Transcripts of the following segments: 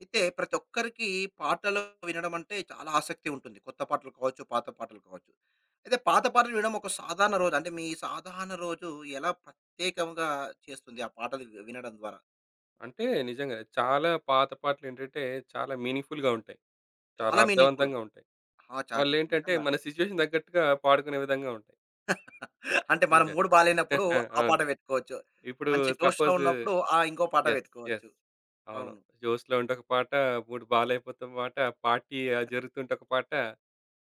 అయితే ప్రతి ఒక్కరికి పాటలు వినడం అంటే చాలా ఆసక్తి ఉంటుంది. కొత్త పాటలు కావచ్చు, పాత పాటలు కావచ్చు. అయితే పాత పాటలు వినడం ఒక సాధారణ రోజు అంటే మీ సాధారణ రోజు ఎలా ప్రత్యేకంగా చేస్తుంది ఆ పాటలు వినడం ద్వారా? అంటే నిజంగా చాలా పాత పాటలేంటంటే చాలా మీనింగ్‌ఫుల్‌గా ఉంటాయి. చాలా చాలా మీనింగ్‌ఫుల్. అర్థవంతంగా ఉంటాయి. ఆ! చ చ వాళ్ళేంటంటే నిజంగా. మన సిట్యుయేషన్ తగ్గట్టుగా పాడుకునే విధంగా ఉంటాయి. అంటే మన నిజం. మూడ్ బాలేనప్పుడు ఆ అవును. పాట పెట్టుకోవచ్చు. ఇప్పుడు మంచి జోష్‌లో సపోజ్ ఉన్నప్పుడు ఆ ఇంకో పాట యెస్. పెట్టుకోవచ్చు. యెస్. అవును. అవును. 'జోస్‌లో' ఉంటే ఒక పాట, 'మూడు బాలయిపోతే' ఒక పాట, 'పార్టీ' జరుగుతుంటే ఒక పాట,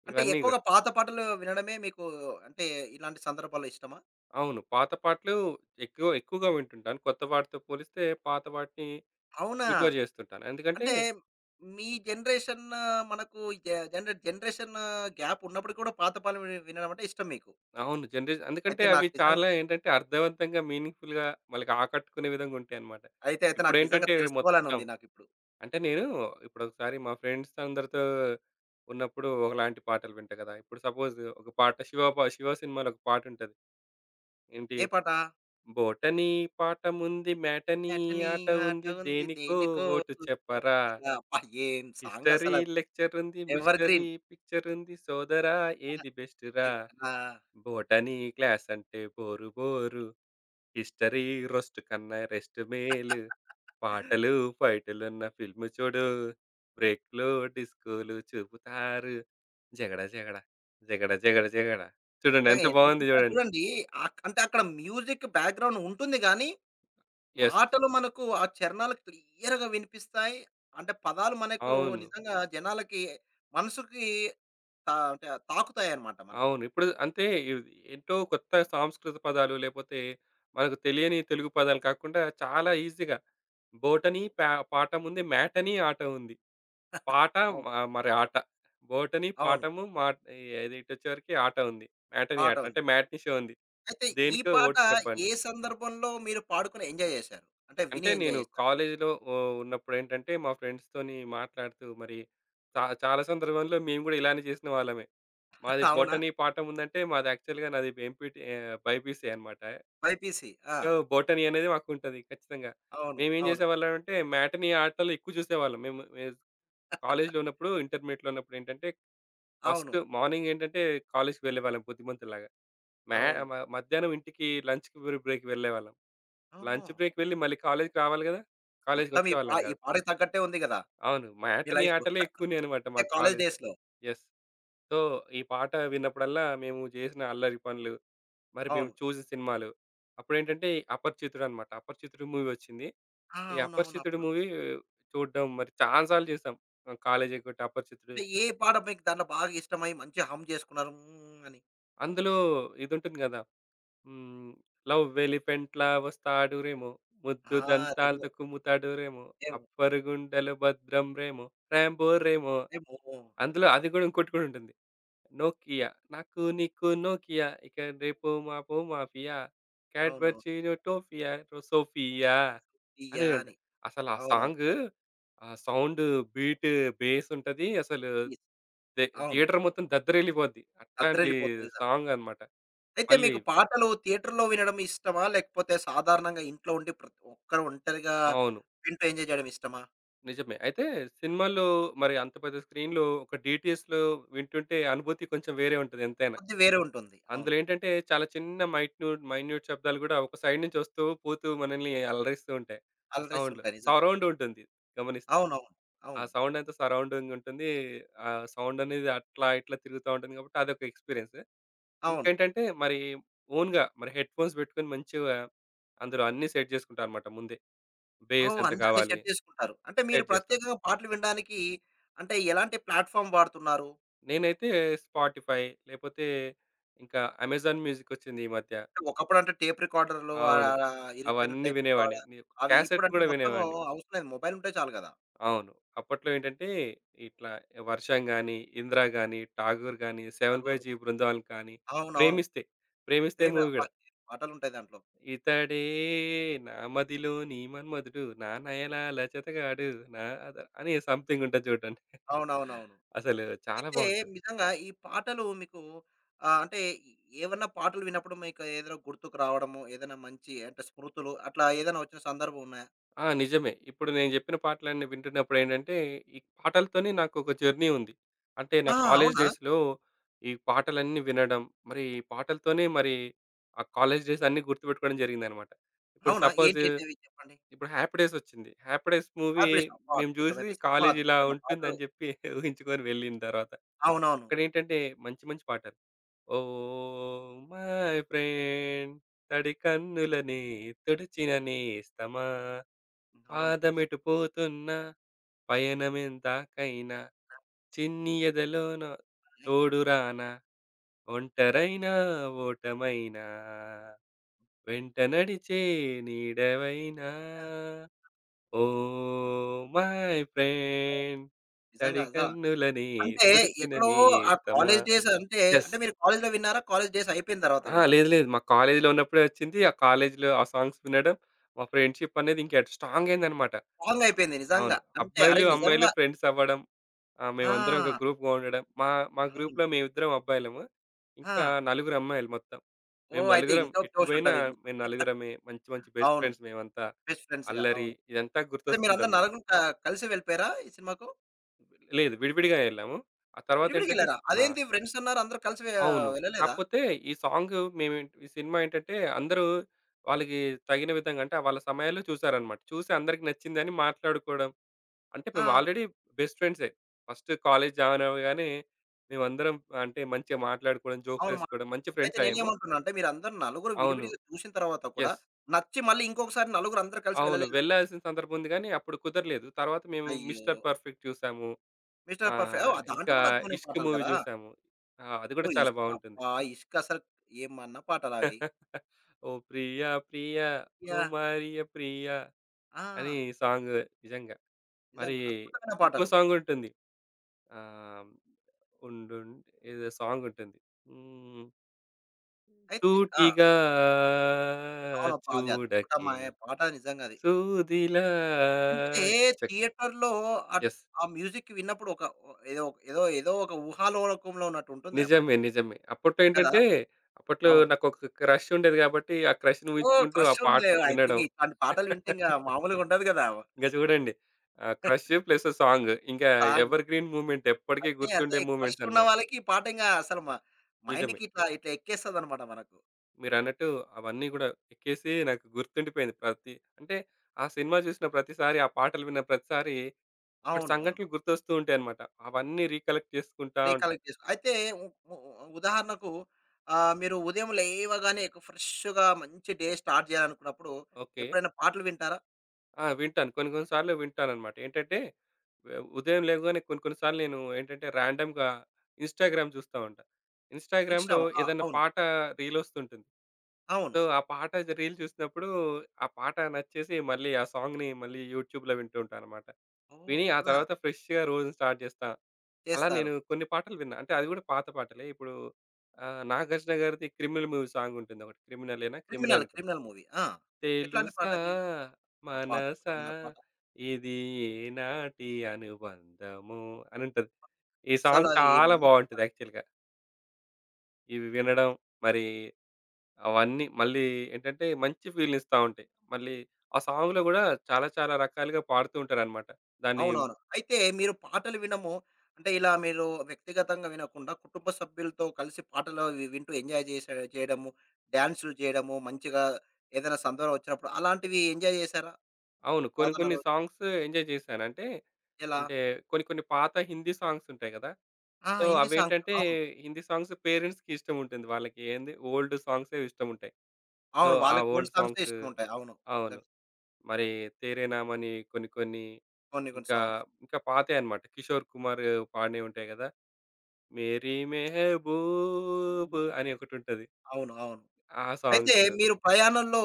అంటే ఇవన్నీ ఎక్కువగా గూడా. పాత పాటలు వినడమే మీకు అంటే ఇలాంటి సందర్భాల్లో ఇష్టమా? అవును. పాత పాటలు ఎక్కువగా వింటుంటాను. కొత్త వాటితో పోలిస్తే పాత వాటిని అవునా! ప్రిఫర్ చేస్తుంటాను. ఎందుకంటే అంటే మీ జనరేషన్ మనకు జ జనరే జనరేషన్ గ్యాప్ ఉన్నప్పుడు కూడా పాత పాటలు వినడం అంటే ఇష్టం మీకు. అవును. జనరేషన్ ఎందుకంటే అయితే అవి నాకు నిజంగా. చాలా ఏంటంటే అర్థవంతంగా, మీనింగ్‌ఫుల్‌గా వాళ్ళకి ఆకట్టుకునే విధంగా ఉంటాయన్నమాట. అయితే నాకు నిజంగా ఇప్పుడేంటంటే తెలుసుకోవాలని మొత్తం ఉంది నాకిప్పుడు. అంటే నేను ఇప్పుడొకసారి మా ఫ్రెండ్స్ అందరితో ఉన్నప్పుడు ఒకలాంటి పాటలు వింటా కదా! ఇప్పుడు సపోజ్ ఒక పాట 'శివ' సినిమాలో ఒక పాటుంటది. ఏంటి ఏ పాట? బోటనీ పాఠముంది, మేటనీ నటనీ ఆట ఆట ఉంది, ఉంది దేనికో దేనికో ఓటు చెప్పరా, చెప్పరా అబ్బా! ఏం సాంగ్ హిస్టరీ అసల లెక్చరుంది, ఎవర్ మిస్టరీ గ్రీన్. పిక్చరుంది సోదరా ఆ! ఏది బెస్టురా, ఎక్ ఆ! బోటనీ క్లాసంటే బోరు బోరు. హిస్టరీ రోస్ట్ కన్నా రెస్ట్ మేలు. పాటలు, ఫైటులున్న ఫిల్మ్ చూడు. బ్రేక్‌లో డిస్కోలు చూపుతారు. జగడ జగడ, జగడ జగడ జగడ. చూడండి నిజంగా ఎంత బాగుంది ఎంత చూడండి. చూడండి. అంటే అక్కడ మ్యూజిక్ బ్యాక్‌గ్రౌండ్ ఉంటుంది గానీ, యెస్. మాటలు మనకు ఆ చరణాలు క్లియర్‌గా వినిపిస్తాయి. అంటే పదాలు మనకు అవును. నిజంగా జనాలకి మనసుకి తా అంటే తాకుతాయన్నమాట మనకు. అవును. ఇప్పుడు అంతే ఇవి ఎంతో కొత్త సాంస్కృత పదాలు లేపోతే మనకు తెలియని తెలుగు పదాలు కాకుండా చాలా ఈజీగా బోటనీ పాట ముందే మ్యాటనీ ఆట ఉంది. పాట అవును. మ మరి ఆట. బోటని, అవును. పాఠము, మాట్ ఏది ఇటొచ్చేవరకి ఆట ఉంది. మ్యాటనీ పాట ఆట ఉంది. అంటే మ్యాట్నీ షో ఉంది. అయితే ఈ దేనికో పాట ఓటు ఏ చెప్పండి. సందర్భంలో మీరు పాడుకొని ఎంజాయ్ చేశారు? అంటే అంటే విని ఎంజాయ్ నేను చేశారు. కాలేజీలో ఉ ఉన్నప్పుడేంటంటే మా ఫ్రెండ్స్‌తోని మాట్లాడుతూ మరి చాలా సందర్భంలో మేము గూడా ఇలానే చేసిన వాళ్ళమే. మాది అవునా? బోటనీ పాఠం ఉందంటే మాది యాక్చువల్‌గా నాది ఎంపీటీ బైపీసీ అనమాట. బైపీసీ. ఆ! సో, బోటనీ అనేది మాకుంటది ఖచ్చితంగా. అవును. మేమేం అవును. చేసేవాళ్ళమంటే మ్యాటనీ ఆటలు ఎక్కువ చూసేవాళ్ళం. మేము మేము కాలేజీలో ఉన్నప్పుడు ఇంటర్మీడియేట్‌లో ఉన్నప్పుడేంటంటే అవును. ఫస్ట్ మార్నింగ్ ఏంటంటే కాలేజ్‌కి వెళ్ళేవాళ్ళం బుద్ధిమంతుల్లాగా. మ్యా అవును. మ మధ్యాహ్నం ఇంటికి లంచ్‌కి బ్రేక్‌కి వెళ్ళేవాళ్ళం. లంచ్ ఓహ్! బ్రేక్ వెళ్ళి మళ్ళీ కాలేజ్‌కి రావాలి గదా! మొత్తం కాలేజ్‌కొచ్చేవాళ్ళం ఈ గాదు. పాటకి తగ్గట్టే ఉంది గదా! అవును. మీ మ్యాటనీ, లైఫు. ఆటలే ఎక్కువనే అనమాట మా అంటే కాలేజ్ కాలేజ్‌లో. డేస్‌లో. యెస్. సో, ఈ పాట విన్నప్పుడల్లా మేము జేసిన అల్లరి పనులు, మరి మేము అవును. చూసిన సినిమాలు, అప్పుడేంటంటే 'అపరిచితుడు' అనమాట. 'అపరిచితుడు' మూవీ వచ్చింది. ఆ! ఈ అవునవును. 'అపరిచితుడు' అప్పుడు మూవీ చూడడం మరి చానా సార్లు చేసాం. కాలేజ్ ఎగ్గొట్టి 'అపరిచితుడు' అంటే ఏ పాట మీకు దాంట్లో బాగా ఇష్టమై మంచిగా హమ్ చేసుకున్నారు. హ్మ్. అని. అందులో ఇదుంటుంది గదా! హ్మ్. 'లవ్ ఎలిఫెంట్‌లా వస్తాడురేమో, ముద్దు ఆ! రెమో, దంతాలతో కుమ్ముతాడురేమో, రెమో, అప్పరుగుండెలో భద్రం రేమో, రాంబో రేమో' రెమో. అందులో అది గూడా ఇంకోటి కూడా ఉంటుంది. 'నోకియా నాకు నీకు నోకియా, ఇక రేపో మాపో మాఫియా, క్యాడ్‌బరీ అవునవును. చినో టోఫియా, రో సోఫియా' తీయ్య అని ఉంట అని. అసలు ఆ అవునవును. సాంగు ఆ సౌండ్, బీట్, బేస్ ఉంటది. అసలు తీస్ అవును. థియేటర్ మొత్తం దద్దరిల్లిపోద్ది. అట్లాంటి అద్దరిల్లిపోతది నిజంగా. సాంగ్ అన్నమాట. అయితే మళ్ళీ మీకు పాటలు థియేటర్‌లో వినడం ఇష్టమా? లేకపోతే సాధారణంగా ఇంట్లో ఉండి ప్రతి ఒక్కరు ఒంటరిగా అవును. వింటూ ఎంజాయ్ చేయడం ఇష్టమా? నిజమే. అయితే సినిమాల్లో మరి అంత పెద్ద స్క్రీన్‌లో ఒక డీటీఎస్‌లో వింటుంటే అనుభూతి కొంచెం వేరే ఉంటది ఎంతైనా. కొద్ది వేరే ఉంటుంది. అవును. అందులో ఏంటంటే చాలా చిన్న మైన్యూట్ శబ్దాలు గూడా ఒక సైడ్ నుంచి వస్తూ పోతూ మనల్ని అలరిస్తూ ఉంటాయి. ఆ అలరిస్ సౌండ్‌లు. ఉంటాయి. నిజం. సరౌండ్ ఉంటుంది గమనిస్తే. అవునవును. ఆ అవును. సౌండ్ అంతా సరౌండింగ్ ఉంటుంది. ఆ సౌండ్ అనేది అట్లా ఇట్లా తిరుగుతా ఉంటుంది కాబట్టి అదొక ఎక్స్‌పీరియన్స్. అవును. ఇంకేంటంటే మరి ఓన్‌గా మరి హెడ్‌ఫోన్స్ పెట్టుకొని మంచిగా అందులో అన్నీ సెట్ చేసుకుంటా అనమాట ముందే. బేస్ ఓహ్! ఎంత అన్ని అన్ని కావాలి సెట్ చేసుకుంటారు. అంటే మీరు సెట్ చేస్తా. ప్రత్యేకంగా పాటలు వినడానికి అంటే ఎలాంటి ప్లాట్‌ఫార్మ్ వాడుతున్నారు? నేనైతే స్పాటిఫై లేపోతే ఇంకా అమెజాన్ మ్యూజికొచ్చింది ఈ మధ్య. ఒకప్పుడంటే టేప్ రికార్డర్‌లు ఆహ్, అవును. ఆహ్, ఇరిగిపోయిన అవన్నీ టేప్ వినేవాడిని. రికార్డర్. అవి క్యాసెట్ ఇప్పుడంటే గూడా మొత్తము వినేవాడిని. అవసరం లేదు. మొబైల్ ఉంటే చాలు గదా! అవును. అప్పట్లో ఏంటంటే, ఇట్లా 'వర్షం' గాని, 'ఇందిర' గాని, 'ఠాగూర్' గాని, 'సెవెన్ బై అగోరు జీ బృందావన్' కానీ, అవునవును. 'ప్రేమిస్తే', 'ప్రేమిస్తే' సేమ్ మూవీ అబ్బా! గూడా. పాటలుంటాయి దాంట్లో. ఇతడే నా మదిలో నీ మన్మధుడు, నా నయనాల జతగాడు, నా అద అని సంథింగ్ ఉంటది చూడండి. అవునవునవును. అసలు చాలా అయితే బావుంటది. నిజంగా ఈ పాటలు మీకు అంటే ఏవన్నా పాటలు విన్నప్పుడు మీకు ఏదైనా గుర్తుకు రావడము, ఏదైనా మంచి అంటే స్మృతులు అట్లా ఏదైనా వచ్చిన సందర్భం ఉన్నాయా? ఆ! నిజమే. ఇప్పుడు నేను జెప్పిన పాటలన్నీ వింటున్నప్పుడు ఏంటంటే, ఈ పాటలతోనే నాకొక జర్నీ ఉంది. అంటే ఆ! నా కాలేజ్ అవునా? డేస్‌లో ఈ పాటలన్నీ వినడం, మరి ఈ పాటలతోనే మరి ఆ కాలేజ్ డేస్ అన్నీ గుర్తుపెట్టుకోవడం జరిగిందనమాట. ఇప్పుడు అవునా? సపోజ్ ఏంటేంటివి చెప్పండి? ఇప్పుడు 'హ్యాపీ డేస్' వచ్చింది. 'Happy days' movie 'RP song' అబ్బా! మేము జూసి అద్భుతమైన సినిమా, కాలేజ్ ఇలా అద్భుతమైన పాటలు. ఉంటుందని జెప్పి ఊహించుకొని వెళ్ళిన తర్వాత, అవునవును. అక్కడేంటంటే మంచి మంచి పాటలు. ఓ మై ఫ్రెండ్ తడి కన్నులని తుడిచిన నేస్తమా అవును. పాదమెటు పోతున్నా పయనమెందాకైనా చిన్ని ఎదలోన తోడురానా ఒంటరైనా ఓటమైనా వెంట నడిచే నీడవైనా ఓ మై ఫ్రెండ్ నిజంగా తడి అదా! కన్నులని అంటే తుడిచిన ఎక్కడో నీ ఆ సమా కాలేజ్ డేస్ అంటే, ఎస్ అంటే మీరు కాలేజ్‌లో విన్నారా? కాలేజ్ డేస్ అయిపోయిన తర్వాత విన్నారా? లేదు లేదు మా కాలేజీలో ఉన్నప్పుడే వచ్చింది ఆ కాలేజీలో ఆ సాంగ్స్ వినడం మా ఫ్రెండ్షిప్ అనేది ఇంకా స్ట్రాంగ్ అయిందనమాట రాంగ్ అయిపోయింది నిజంగా. అవును అంటే అరే! అబ్బాయిలు అమ్మాయిలు నిజంగా ఫ్రెండ్స్ అవ్వడం ఆ! ఆ! మేమందరం ఒక గ్రూప్‌గా ఉండడం. మా మా అవును. గ్రూప్‌లో మేమిద్దరం అబ్బాయిలము. ఆ! ఇంకా నలుగురు అమ్మాయిలు మొత్తం. మేము ఓహ్! అయితే నలుగురం ఇంకా ఎటు జోష్ పోయినా ఉంటది మీకు. మేము నలుగురమే. మంచి మంచి బెస్ట్ అవును. ఫ్రెండ్స్ మేమంతా. బెస్ట్ ఫ్రెండ్స్‌గా అల్లరి అవును. ఇదంతా అదే మీరందరూ గుర్తొస్తుంటదన్నమాట. నలుగురు కలిసి వెళ్ళిపోయారా ఈ సినిమాకు? లేదు విడివిడిగా ఎళ్ళాము. ఆ విడివిడిగా తర్వాతేంటంటే వెళ్లారా? ఆ! అదేంటి ఫ్రెండ్స్ అన్నారు అందరూ కలిసి అవును. వెళ్ళలేదా? కాకపోతే ఈ సాంగ్ ఈ సినిమా ఏంటంటే అందరూ వాళ్ళకి తగిన విధంగా అంటే వాళ్ళ సమయాల్లో చూసారన్నమాట. చూసి అందరికి నచ్చిందని మాట్లాడుకోవడం. అంటే ఆ! మేము ఆల్రెడీ బెస్ట్ ఫ్రెండ్సే. ఫస్ట్ కాలేజ్ జాయిన్ అవ్వగానే మేమందరం అంటే మంచిగా మాట్లాడుకోవడం, జోక్స్ అవును. వేసుకోవడం మంచి అయితే ఫ్రెండ్స్ అయ్యాము. నేనేమంటున్నా అంటే మీరందరూ నలుగురు అవును. విడివిడిగా చూసిన తర్వాత కూడా యెస్. నచ్చి మళ్ళీ ఇంకొకసారి నలుగురు అందరూ కలిసి అవును. వెళ్ళలేదా? వెళ్ళాల్సిన సందర్భం ఉంది గానీ అప్పుడు కుదరలేదు. తర్వాత మేము అయ్యో! 'మిస్టర్ పర్ఫెక్ట్' చూసాము. Mister perfect. ఓహ్! దాంట్లో ఇంకా కూడా అద్భుతమైన 'ఇష్క్' పాటలు మూవీ కదా! చూసాము. ఆ! అది కూడా ఓహ్! చాలా ఇష్క. బావుంటుంది. అబ్బా! ఇష్క అసలు ఏమన్నా పాటలవి. ఓ ప్రియా ప్రియా యాహ్! కుమారియ ప్రియా ఆ! అని సాంగ్ నిజంగా. నిజం మరి అద్భుతమైన ఇంకో పాటలు. సాంగ్ ఉంటుంది. ఆహ్, ఉండుంటే ఏదో సాంగ్ ఉంటుంది. హ్మ్. అయితే ఆ! సూటిగా అవునబ్బా! అది చూడకే అద్భుతమైన పాట నిజంగా అది. సూదిలా అంటే చకే. థియేటర్‌లో అట్ యెస్. ఆ మ్యూజిక్ విన్నప్పుడు ఒక ఏదో ఏదో ఏదో ఒక ఊహాలోకంలో ఉన్నట్టు ఉంటుంది ఆ పాట. నిజమే. నిజమే. అప్పట్లో కదా! ఏంటంటే, అప్పట్లో అవును. నాకొక క్రష్ ఉండేది గాబట్టి, ఆ క్రష్‌ని ఓహ్! ఊహించుకుంటూ క్రష్ ఆ పాట ఉంది. ఐ థింక్ వినడం. ఇట్లాంటి పాటలు వింటే ఇంగ మామూలుగా ఉండదు కదా! ఇంక చూడండి. ఆ క్రష్ ప్లస్ సాంగ్. ఇంకా సాంగ్. ఎవర్ గ్రీన్ మూవ్‌మెంట్ ఎప్పటికి అదే అదే గుర్తుండే క్రష్ మూవ్‌మెంట్స్ ఉన్న అన్నమాట. వాళ్ళకి ఈ పాట ఇంగ అసలు నిజమే. మైండ్‌కి ఇట్లా ఇట్లా ఎక్కేస్తదన్నమాట మనకు. మీరన్నట్టు అవన్నీ గూడా ఎక్కేసి నాకు గుర్తుండిపోయింది. ప్రతి అంటే ఆ సినిమా చూసిన ప్రతిసారి, ఆ పాటలు విన్న ప్రతిసారి అప్పటి అవును. అవును. సంఘటనలు గుర్తొస్తూ ఉంటాయన్నమాట. అవన్నీ రీకలెక్ట్ చేసుకుంటా ఉంటా. రీకలెక్ట్ చేసుకో అయితే ఉ ఉ ఉదాహరణకు మీరు ఉదయం లేవగానే ఫ్రెష్‌గా మంచి డే స్టార్ట్ చేయాలనుకున్నప్పుడు ఓకే. ఎప్పుడైనా పాటలు వింటారా? ఆ! వింటాను. కొన్ని కొన్ని సార్లు వింటానన్నమాట. ఏంటంటే ఉదయం లేవగానే కొన్ని కొన్ని సార్లు నేను ఏంటంటే రాండమ్‌గా ఇన్‌స్టాగ్రామ్ చూస్తా ఉంటా. ఇన్‌స్టా ఇన్‌స్టాగ్రామ్‌లో ఆ! ఏదన్నా అవును. పాట రీల్ వస్తుంటుంది. అవును. సో, ఆ పాట రీల్ చూసినప్పుడు, ఆ పాట నచ్చేసి మళ్ళీ ఆ సాంగ్‌ని మళ్ళీ యూట్యూబ్‌లో వింటూ ఉంటాననమాట. ఓహ్! విని ఆ అవునా? తర్వాత ఫ్రెష్‌గా రోజుని స్టార్ట్ చేస్తా. అలా చేస్తారు. నేను కొన్ని పాటలు విన్నా. అంటే అది కూడా పాత పాటలే. ఇప్పుడు 'నాగార్జున' గారిది 'క్రిమినల్' మూవీ సాంగ్ ఉంటుందొకటి. 'క్రిమిలే' 'క్రిమినల్' అనుకుంటా. 'Criminal' movie. ఆ! ఎట్లాంటి తెలుసా పాటది? అబ్బా! మనసా అద్భుతమైన పాట. ఇది ఏనాటి అనుబంధము అని ఉంటది. ఈ సాంగ్ అస్సలది చాలా ఏమన్నా పాట. బావుంటది యాక్చువల్‌గా. ఇవి వినడం మరి అవన్నీ మళ్ళీ ఏంటంటే మంచి ఫీల్‌ని ఇస్తా ఉంటాయి. మళ్ళీ ఆ సాంగ్‌లో గూడా చాలా చాలా రకాలుగా పాడుతూ ఉంటారనమాట. దాన్ని అవునవును. అయితే మీరు పాటలు వినము అంటే ఇలా మీరు వ్యక్తిగతంగా వినకుండా కుటుంబ సభ్యులతో కలిసి పాటలు వింటూ ఎంజాయ్ చేయడము, డాన్సులు చేయడము, మంచిగా ఏదైనా సందర్భం వచ్చినప్పుడు అలాంటివి ఎంజాయ్ చేశారా? అవును. కొన్ని సాధారణ కొన్ని రోజు సాంగ్స్ ఎంజాయ్ చేశాను. అంటే, ఎలా? అంటే కొన్ని కొన్ని పాత హిందీ సాంగ్స్ ఉంటాయి గదా! ఆ! So, Hindi songs. అవేంటంటే అవును. హిందీ సాంగ్స్ పేరెంట్స్‌కి ఇష్టముంటుంది. వాళ్ళకి ఏంది ఓల్డ్ సాంగ్సే ఇష్టముంటాయి. సో, అవును. ఆ వాళ్ళకి ఓల్డ్ ఓల్డ్ సాంగ్సే సాంగ్స్ ఇష్టముంటాయి. అవును. అవును. నిజంగా. మరి 'తేరే నామ్' అని కొన్ని కొన్ని కొన్ని కొన్ని ఇంకా, సాంగ్స్. ఇంకా పాతయి అన్నమాట. కిషోర్ కుమార్ పాడినయి ఉంటాయి గదా! 'మేరీ మెహబూబ్' అని ఒకటుంటది. అవును. అవును. ఆ అయితే సాంగ్స్. మీరు ప్రయాణంలో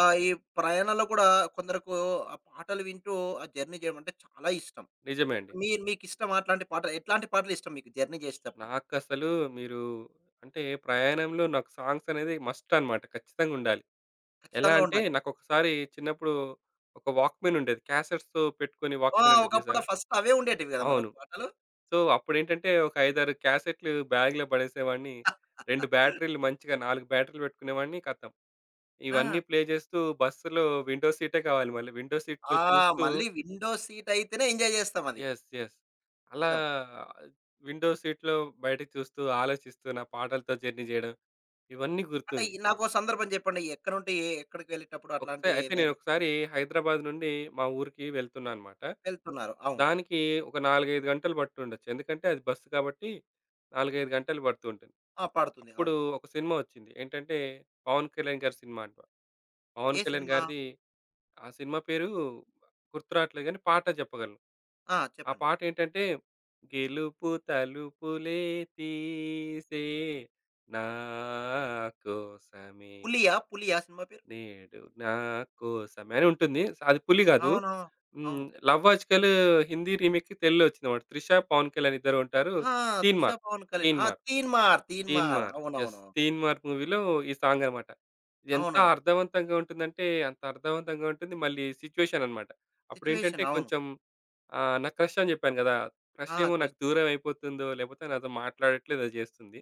ఈ ప్రయాణంలో కూడా కొందరకు ఆ పాటలు వింటూ ఆ జర్నీ చేయడం అంటే చాలా ఇష్టం. నిజమే అండి. మీరు మీకిష్టమా అట్లాంటి పాటలు? ఎట్లాంటి పాటలిష్టం మీకు జర్నీ జేసేటప్పుడు? నాకసలు మీరు అంటే ప్రయాణంలో నాకు సాంగ్స్ అనేది మస్ట్ అన్నమాట. ఖచ్చితంగుండాలి. ఎలా ఖచ్చితంగా అంటే ఉండాలి. నాకొకసారి చిన్నప్పుడు ఒక వాక్‌మెన్ ఉండేది. క్యాసెట్స్‌తో పెట్టుకొని ఆ! వాక్‌మెన్ ఉండేది ఒకప్పుడు చూసారా? ఫస్ట్ అవే ఉండేటివి గదా! మనకు అవును. పాటలు. సో, అప్పుడేంటంటే ఒక 5, 6 క్యాసెట్‌లు బ్యాగ్‌లో పడేసేవాడిని. 2 బ్యాటరీలు మంచిగా 4 బ్యాటరీలు పెట్టుకునేవాడిని. ఖతం. ఆ! ఇవన్నీ ప్లే చేస్తూ బస్సులో విండో సీటే కావాలి మళ్ళీ. విండో సీట్‌లో ఆ! చూస్తూ మళ్ళీ విండో సీట్ అయితేనే ఎంజాయ్ జేస్తాం అది. యెస్. యెస్. అలా నిజం. విండో సీట్‌లో బయటకి చూస్తూ, ఆలోచిస్తూ, నా పాటలతో జర్నీ జేయడం ఇవన్నీ అంటే గుర్తుంది. ఈ నాకో సందర్భం జెప్పండి. ఎక్కడ ఉంటే ఏ ఎక్కడికి వెళ్ళేటప్పుడు అట్లాంటి ఒకసారి అయితే ఏదైనా నేనొకసారి హైదరాబాద్ నుండి మా ఊరికి వెళ్తున్నా అనమాట. వెళ్తున్నారు. అవును. దానికి ఒక 4, 5 గంటలు పట్టుండొచ్చు. ఎందుకంటే అది బస్సు కాబట్టి 4, 5 గంటలు పడుతూ ఉంటుంది. ఆ! పాడుతుంది. అప్పుడు అవును. ఒక సినిమా వచ్చింది. ఏంటంటే 'పవన్ కళ్యాణ్' గారి సినిమా అంట. పవన్ ఏ కళ్యాణ్ సినిమా? గారిది ఆ సినిమా పేరు గుర్తు రావట్లేదు గానీ పాట చెప్పగలను. ఆ! ఆ చెప్పండి. పాటేంటంటే, గెలుపు తలుపులే తీసే నా కోసమే 'పులియా', 'పులియా' సినిమా పేరు? నేడు నా కోసమే అని ఉంటుంది. అది 'పులి' గాదు. అవును. హ్మ్. అవును. 'లవ్ ఆజ్‌కల్' హిందీ రీమేక్‌కి తెలుగులో వచ్చిందన్నమాట. 'త్రిష', 'పవన్ కళ్యాణ్' ఇద్దరు ఉంటారు. ఆ! 'త్రిష', 'తీన్‌మార్', 'పవన్ కళ్యాణ్'. ఆ! 'తీన్‌మార్'. 'తీన్మార్', 'తీన్మార్' తీన్‌మార్. యెస్. అవునవును. 'తీన్‌మార్' మూవీలో ఈ సాంగ్ అన్నమాట. ఇది ఎంత అవునవును. అర్థవంతంగా ఉంటుందంటే, అంత అర్థవంతంగా ఉంటుంది. మళ్ళీ సిట్యుయేషన్ అన్నమాట. అప్పుడేంటంటే 'సిట్యుయేషన్' అవును. కొంచెం నా క్రష్ అని చెప్పాను గదా! క్రష్ ఆ! ఏమో నాకు క్రష్ దూరం అయిపోతుందో, లేపోతే నాతో మాట్లాడట్లేదు అది జేస్తుంది.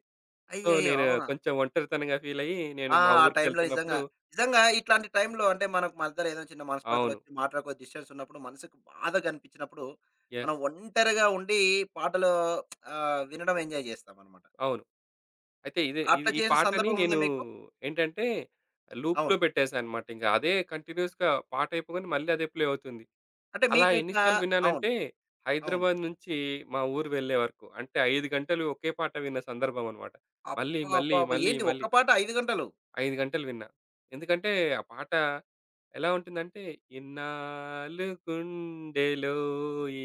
సో, అయ్యయ్యో! నేను అవునా? కొంచెం ఒంటరితనంగా ఫీల్ అయ్యి, నేను ఆ! మా ఆ టైంలో నిజంగా. ఊరికెళ్తున్నప్పుడు నిజంగా ఇట్లాంటి టైంలో అంటే మనకు మధ్యలో ఏదైనా చిన్న అవును. మనస్పర్ధలొచ్చి మాటలకు డిస్టర్బెన్స్ ఉన్నప్పుడు మనసుకు బాధగా అనిపించినప్పుడు మనం యెస్. ఒంటరిగా ఉండి పాటలు వినడం ఎంజాయ్ చేస్తామనమాట. అవును. అయితే ఇదే అట్లా ఇది ఈ చేసిన పాటని సందర్భం ఉందా నేను మీకు? ఏంటంటే లూప్‌లో అవును. పెట్టేసా అన్నమాట. ఇంక అదే కంటిన్యూయస్‌గా పాట అయిపోగానే మళ్ళీ అదే ప్లే అవుతుంది. అంటే అలా మీకు ఎన్ని ఇట్లా సార్లు అవును. విన్నానంటే, అవును. హైదరాబాద్ నుంచి మా ఊరు వెళ్ళే వరకు. అంటే 5 గంటలు ఒకే పాట విన్న సందర్భం అన్నమాట. మళ్ళీ, మళ్ళీ, అబ్బబ్బబ్బా! మళ్ళీ, ఏంటి ఒక్క మళ్ళీ పాట 5 గంటలు 5 గంటలు విన్నా. ఎందుకంటే, ఆ పాట ఎలా ఉంటుందంటే, ఇన్నాళ్లు గుండెలో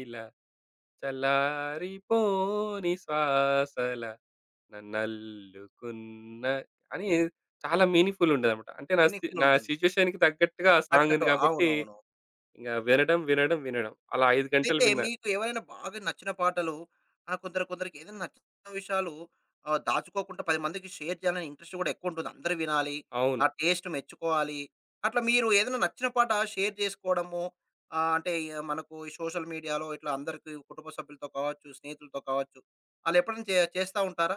ఇలా చల్లారిపోని శ్వాసల నన్నల్లుకున్న అని చాలా మీనింగ్‌ఫుల్ ఉండేదన్నమాట. అంటే మీనింగ్‌ఫుల్ నా ఉంటుంది. సిట్యుయేషన్‌కి తగ్గట్టుగా ఆ సాంగ్ తగ్గట్టు ఉంది కాబట్టి, అవునవును. ఇంక వినడం, వినడం, వినడం అలా 5 గంటలు అయితే విన్నా. మీకు ఎవరైనా బాగా నచ్చిన పాటలు కొందరు కొందరికి ఏదైనా నచ్చిన విషయాలు దాచుకోకుండా 10 మందికి షేర్ చేయాలని ఇంట్రెస్ట్ కూడా ఎక్కువుంటుంది. అందరూ వినాలి. నా అవును. టేస్ట్ మెచ్చుకోవాలి. అట్లా మీరు ఏదైనా నచ్చిన పాట షేర్ చేసుకోవడము అంటే మనకు ఈ మనకు సోషల్ మీడియాలో ఇట్లా అందరికి కుటుంబ సభ్యులతో కావచ్చు, స్నేహితులతో కావచ్చు. ఆళ్ళు ఎప్పుడైనా చేస్తా ఉంటారా?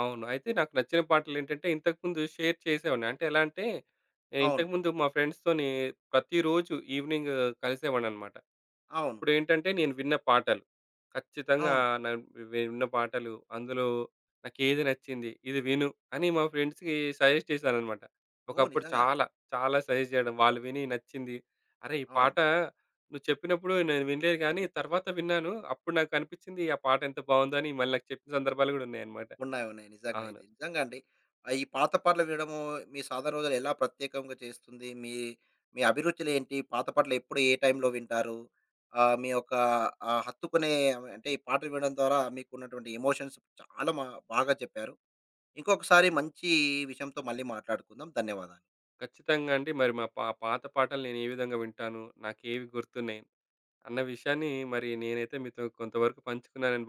అవును. అయితే నాకు నచ్చిన పాటలేంటంటే, ఇంతకుముందు షేర్ చేసేవాడిని. అంటే ఎలా అంటే, నేను అవును. ఇంతకుముందు మా ఫ్రెండ్స్‌తోని ప్రతిరోజు ఈవినింగ్ కలిసేవాడిననమాట. అవును. అప్పుడేంటంటే, నేను విన్న పాటలు. ఖచ్చితంగా అవును. నా విన్న పాటలు, అందులో నాకేది నచ్చింది, ఇది విను అని మా ఫ్రెండ్స్‌కి సజెస్ట్ చేశాననమాట. ఓహ్! ఒకప్పుడు నిజంగా. చాలా, చాలా సజెస్ట్ చేయడం. వాళ్ళు విని నచ్చింది. "అరే! ఈ అవును. పాట నువ్వు చెప్పినప్పుడు నేను వినలేదు గానీ, తర్వాత విన్నాను. అప్పుడు నాకు అనిపిచ్చింది, ఆ పాట ఎంత బావుందో" అని మళ్ళీ నాకు చెప్పిన సందర్భాలు గూడా ఉన్నాయన్నమాట. ఉన్నాయి. ఉన్నాయి. నిజంగా అయితే. అవును. నిజంగా అండి. ఈ పాత పాటలు వినడము మీ సాధారణ రోజులు ఎలా ప్రత్యేకంగా చేస్తుంది? మీ మీ అభిరుచులేంటి? పాత పాటలు ఎప్పుడు ఏ టైంలో వింటారు? మీ యొక్క హత్తుకునే అంటే ఈ పాటలు వినడం ద్వారా మీకున్నటువంటి ఎమోషన్స్ చాలా బాగా చెప్పారు. ఇంకొకసారి మంచి విషయంతో మళ్ళీ మాట్లాడుకుందాం. ధన్యవాదాలు. ఖచ్చితంగా అండి. మరి మా పా పాత పాటలు నేను ఏ విధంగా వింటాను, నాకేవి గుర్తున్నాయి అన్న విషయాన్ని మరి నేనైతే మీతో కొంతవరకు పంచుకున్నానని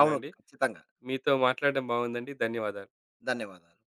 అవును. ఖచ్చితంగా. మీతో మాట్లాడడం బాగుందండి. ధన్యవాదాలు. ధన్యవాదాలు.